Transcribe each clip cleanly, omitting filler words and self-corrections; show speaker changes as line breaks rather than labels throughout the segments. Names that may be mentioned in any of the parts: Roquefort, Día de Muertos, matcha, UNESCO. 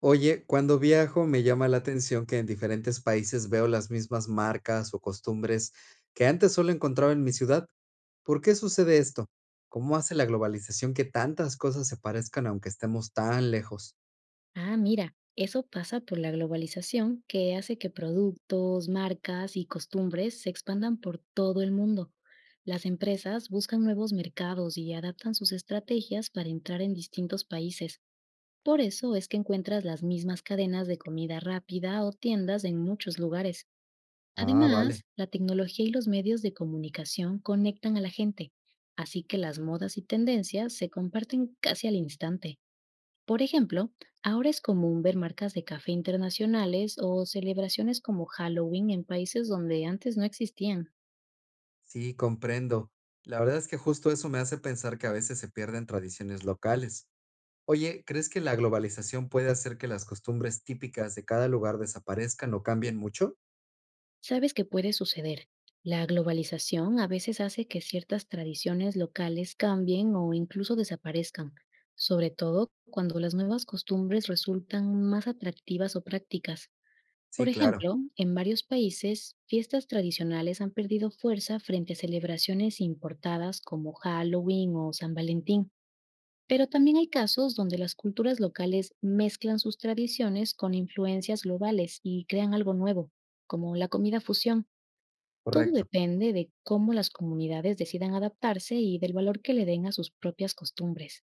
Oye, cuando viajo me llama la atención que en diferentes países veo las mismas marcas o costumbres que antes solo encontraba en mi ciudad. ¿Por qué sucede esto? ¿Cómo hace la globalización que tantas cosas se parezcan aunque estemos tan lejos?
Ah, mira, eso pasa por la globalización que hace que productos, marcas y costumbres se expandan por todo el mundo. Las empresas buscan nuevos mercados y adaptan sus estrategias para entrar en distintos países. Por eso es que encuentras las mismas cadenas de comida rápida o tiendas en muchos lugares.
Ah, vale.
Además, la tecnología y los medios de comunicación conectan a la gente, así que las modas y tendencias se comparten casi al instante. Por ejemplo, ahora es común ver marcas de café internacionales o celebraciones como Halloween en países donde antes no existían.
Sí, comprendo. La verdad es que justo eso me hace pensar que a veces se pierden tradiciones locales. Oye, ¿crees que la globalización puede hacer que las costumbres típicas de cada lugar desaparezcan o cambien mucho?
Sabes que puede suceder. La globalización a veces hace que ciertas tradiciones locales cambien o incluso desaparezcan, sobre todo cuando las nuevas costumbres resultan más atractivas o prácticas. Por
Sí, claro,
ejemplo, en varios países, fiestas tradicionales han perdido fuerza frente a celebraciones importadas como Halloween o San Valentín. Pero también hay casos donde las culturas locales mezclan sus tradiciones con influencias globales y crean algo nuevo, como la comida fusión. Todo
correcto.
depende de cómo las comunidades decidan adaptarse y del valor que le den a sus propias costumbres.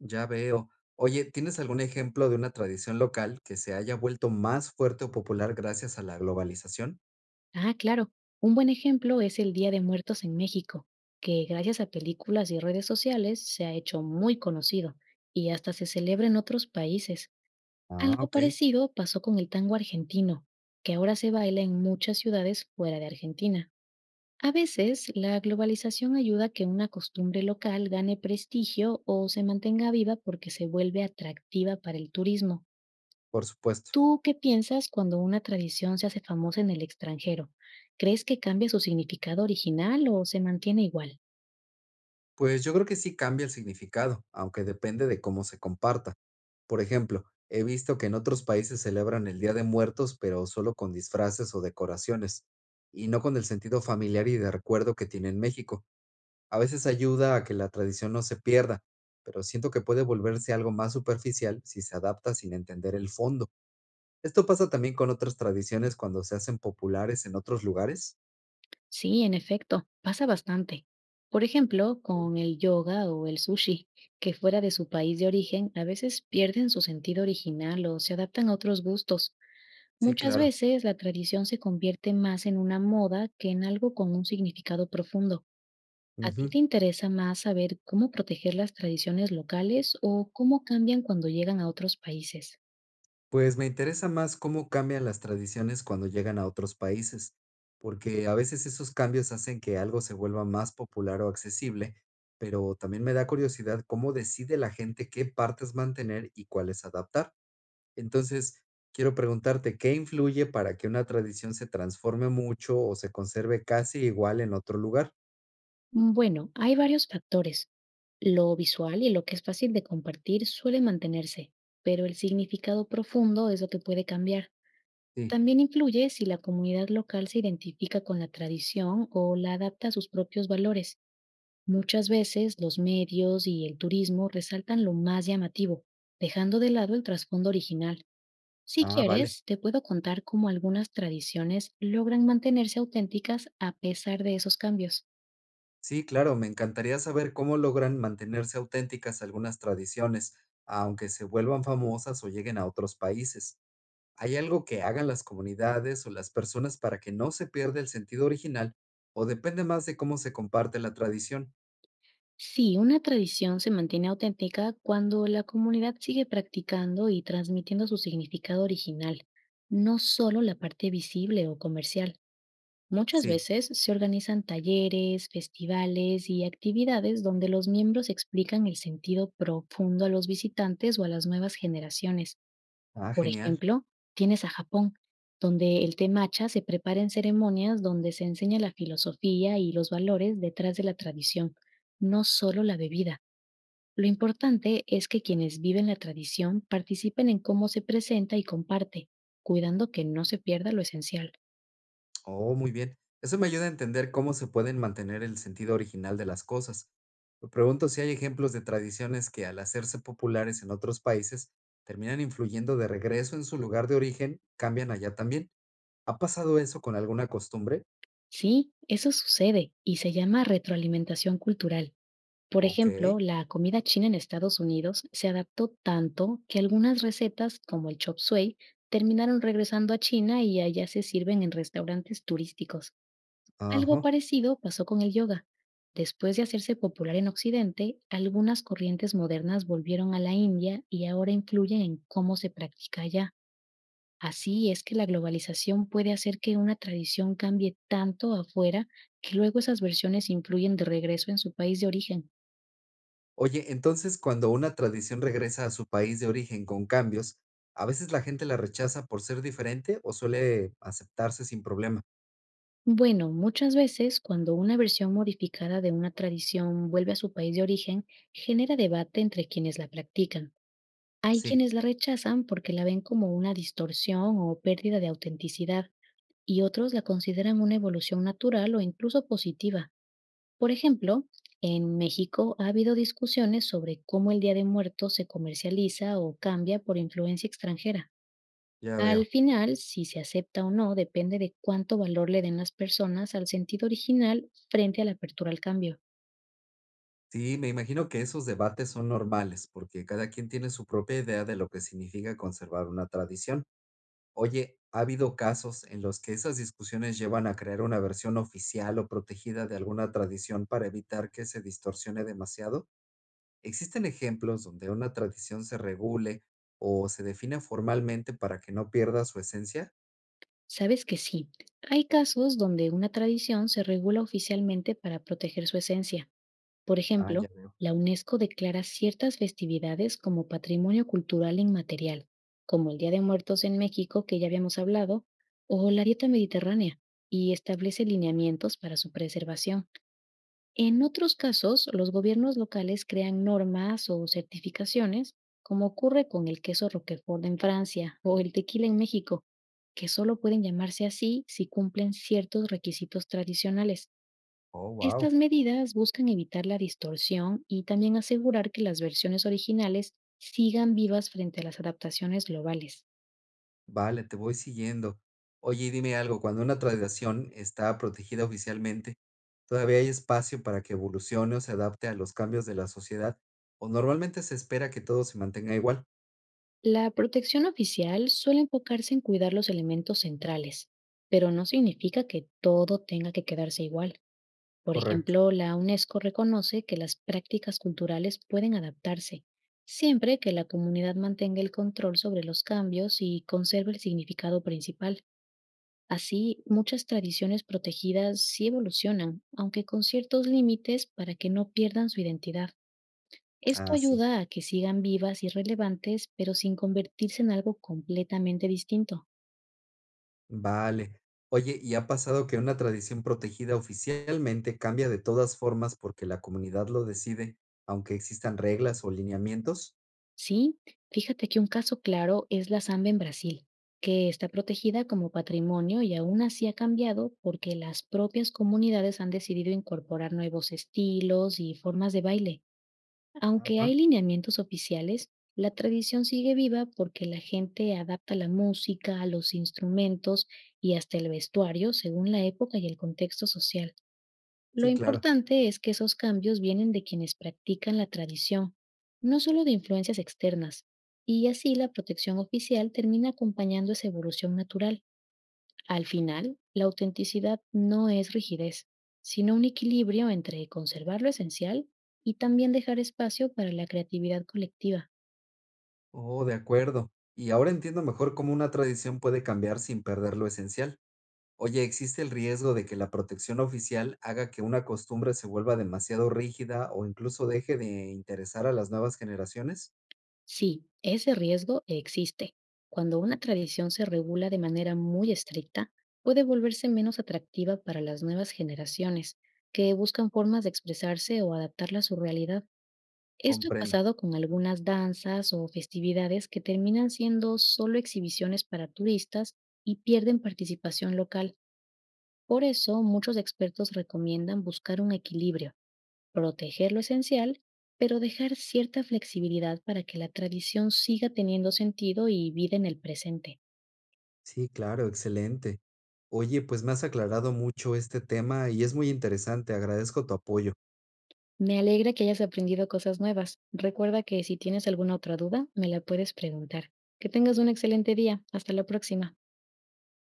Ya veo. Oye, ¿tienes algún ejemplo de una tradición local que se haya vuelto más fuerte o popular gracias a la globalización?
Ah, claro, un buen ejemplo es el Día de Muertos en México, que gracias a películas y redes sociales se ha hecho muy conocido y hasta se celebra en otros países.
Ah,
Algo
ok,
parecido pasó con el tango argentino, que ahora se baila en muchas ciudades fuera de Argentina. A veces, la globalización ayuda a que una costumbre local gane prestigio o se mantenga viva porque se vuelve atractiva para el turismo.
por supuesto.
¿Tú qué piensas cuando una tradición se hace famosa en el extranjero? ¿Crees que cambia su significado original o se mantiene igual?
Pues yo creo que sí cambia el significado, aunque depende de cómo se comparta. Por ejemplo, he visto que en otros países celebran el Día de Muertos, pero solo con disfraces o decoraciones, y no con el sentido familiar y de recuerdo que tiene en México. A veces ayuda a que la tradición no se pierda, pero siento que puede volverse algo más superficial si se adapta sin entender el fondo. ¿Esto pasa también con otras tradiciones cuando se hacen populares en otros lugares?
Sí, en efecto, pasa bastante. Por ejemplo,
Okey.
con el yoga o el sushi, que fuera de su país de origen a veces pierden su sentido original o se adaptan a otros gustos.
Sí,
Muchas
claro.
veces la tradición se convierte más en una moda que en algo con un significado profundo. ¿A ti
Ujú.
te interesa más saber cómo proteger las tradiciones locales o cómo cambian cuando llegan a otros países?
Pues me interesa más cómo cambian las tradiciones cuando llegan a otros países, porque a veces esos cambios hacen que algo se vuelva más popular o accesible, pero también me da curiosidad cómo decide la gente qué partes mantener y cuáles adaptar. Entonces, quiero preguntarte, ¿qué influye para que una tradición se transforme mucho o se conserve casi igual en otro lugar?
Bueno, hay varios factores. Lo visual y lo que es fácil de compartir suele mantenerse, pero el significado profundo es lo que puede cambiar.
Sí.
También influye si la comunidad local se identifica con la tradición o la adapta a sus propios valores. Muchas veces los medios y el turismo resaltan lo más llamativo, dejando de lado el trasfondo original. Si
Ah, vale.
quieres, te puedo contar cómo algunas tradiciones logran mantenerse auténticas a pesar de esos cambios.
Sí, claro, me encantaría saber cómo logran mantenerse auténticas algunas tradiciones, aunque se vuelvan famosas o lleguen a otros países. ¿Hay algo que hagan las comunidades o las personas para que no se pierda el sentido original o depende más de cómo se comparte la tradición?
Sí, una tradición se mantiene auténtica cuando la comunidad sigue practicando y transmitiendo su significado original, no solo la parte visible o comercial. Muchas
Sí.
veces se organizan talleres, festivales y actividades donde los miembros explican el sentido profundo a los visitantes o a las nuevas generaciones.
Ah,
Por
genial.
ejemplo, tienes a Japón, donde el té matcha se prepara en ceremonias donde se enseña la filosofía y los valores detrás de la tradición, no solo la bebida. Lo importante es que quienes viven la tradición participen en cómo se presenta y comparte, cuidando que no se pierda lo esencial.
Oh, muy bien. Eso me ayuda a entender cómo se pueden mantener el sentido original de las cosas. Me pregunto si hay ejemplos de tradiciones que al hacerse populares en otros países terminan influyendo de regreso en su lugar de origen, cambian allá también. ¿Ha pasado eso con alguna costumbre?
Sí, eso sucede y se llama retroalimentación cultural. Por
Ok.
ejemplo, la comida china en Estados Unidos se adaptó tanto que algunas recetas, como el chop suey, terminaron regresando a China y allá se sirven en restaurantes turísticos. Algo
Ajá.
parecido pasó con el yoga. Después de hacerse popular en Occidente, algunas corrientes modernas volvieron a la India y ahora influyen en cómo se practica allá. Así es que la globalización puede hacer que una tradición cambie tanto afuera que luego esas versiones influyen de regreso en su país de origen.
Oye, entonces cuando una tradición regresa a su país de origen con cambios, ¿a veces la gente la rechaza por ser diferente o suele aceptarse sin problema?
Bueno, muchas veces cuando una versión modificada de una tradición vuelve a su país de origen, genera debate entre quienes la practican. Hay
Sí,
quienes la rechazan porque la ven como una distorsión o pérdida de autenticidad, y otros la consideran una evolución natural o incluso positiva. Por ejemplo, en México ha habido discusiones sobre cómo el Día de Muertos se comercializa o cambia por influencia extranjera.
ya veo.
Al final, si se acepta o no depende de cuánto valor le den las personas al sentido original frente a la apertura al cambio.
Sí, me imagino que esos debates son normales, porque cada quien tiene su propia idea de lo que significa conservar una tradición. Oye, ¿ha habido casos en los que esas discusiones llevan a crear una versión oficial o protegida de alguna tradición para evitar que se distorsione demasiado? ¿Existen ejemplos donde una tradición se regule o se defina formalmente para que no pierda su esencia?
Sabes que sí, hay casos donde una tradición se regula oficialmente para proteger su esencia. Por
Ah, ya
ejemplo,
veo.
la UNESCO declara ciertas festividades como patrimonio cultural inmaterial, como el Día de Muertos en México, que ya habíamos hablado, o la dieta mediterránea, y establece lineamientos para su preservación. En otros casos, los gobiernos locales crean normas o certificaciones, como ocurre con el queso Roquefort en Francia o el tequila en México, que solo pueden llamarse así si cumplen ciertos requisitos tradicionales.
Oh, wow.
Estas medidas buscan evitar la distorsión y también asegurar que las versiones originales sigan vivas frente a las adaptaciones globales.
Vale, te voy siguiendo. Oye, y dime algo, cuando una tradición está protegida oficialmente, ¿todavía hay espacio para que evolucione o se adapte a los cambios de la sociedad? ¿O normalmente se espera que todo se mantenga igual?
La protección oficial suele enfocarse en cuidar los elementos centrales, pero no significa que todo tenga que quedarse igual. Por
Correcto.
ejemplo, la UNESCO reconoce que las prácticas culturales pueden adaptarse, siempre que la comunidad mantenga el control sobre los cambios y conserve el significado principal. Así, muchas tradiciones protegidas sí evolucionan, aunque con ciertos límites para que no pierdan su identidad. Esto
Ah, sí.
ayuda a que sigan vivas y relevantes, pero sin convertirse en algo completamente distinto.
Vale. Oye, ¿y ha pasado que una tradición protegida oficialmente cambia de todas formas porque la comunidad lo decide, aunque existan reglas o lineamientos?
Sí, fíjate que un caso claro es la samba en Brasil, que está protegida como patrimonio y aún así ha cambiado porque las propias comunidades han decidido incorporar nuevos estilos y formas de baile. Aunque hay
Ajá.
lineamientos oficiales, la tradición sigue viva porque la gente adapta la música, los instrumentos y hasta el vestuario según la época y el contexto social. Lo
Sí, claro.
importante es que esos cambios vienen de quienes practican la tradición, no solo de influencias externas, y así la protección oficial termina acompañando esa evolución natural. Al final, la autenticidad no es rigidez, sino un equilibrio entre conservar lo esencial y también dejar espacio para la creatividad colectiva.
Oh, de acuerdo. Y ahora entiendo mejor cómo una tradición puede cambiar sin perder lo esencial. Oye, ¿existe el riesgo de que la protección oficial haga que una costumbre se vuelva demasiado rígida o incluso deje de interesar a las nuevas generaciones?
Sí, ese riesgo existe. Cuando una tradición se regula de manera muy estricta, puede volverse menos atractiva para las nuevas generaciones, que buscan formas de expresarse o adaptarla a su realidad. Esto ha
Comprendo.
pasado con algunas danzas o festividades que terminan siendo solo exhibiciones para turistas y pierden participación local. Por eso, muchos expertos recomiendan buscar un equilibrio, proteger lo esencial, pero dejar cierta flexibilidad para que la tradición siga teniendo sentido y vida en el presente.
Sí, claro, excelente. Oye, pues me has aclarado mucho este tema y es muy interesante. Agradezco tu apoyo.
Me alegra que hayas aprendido cosas nuevas. Recuerda que si tienes alguna otra duda, me la puedes preguntar. Que tengas un excelente día. Hasta la próxima.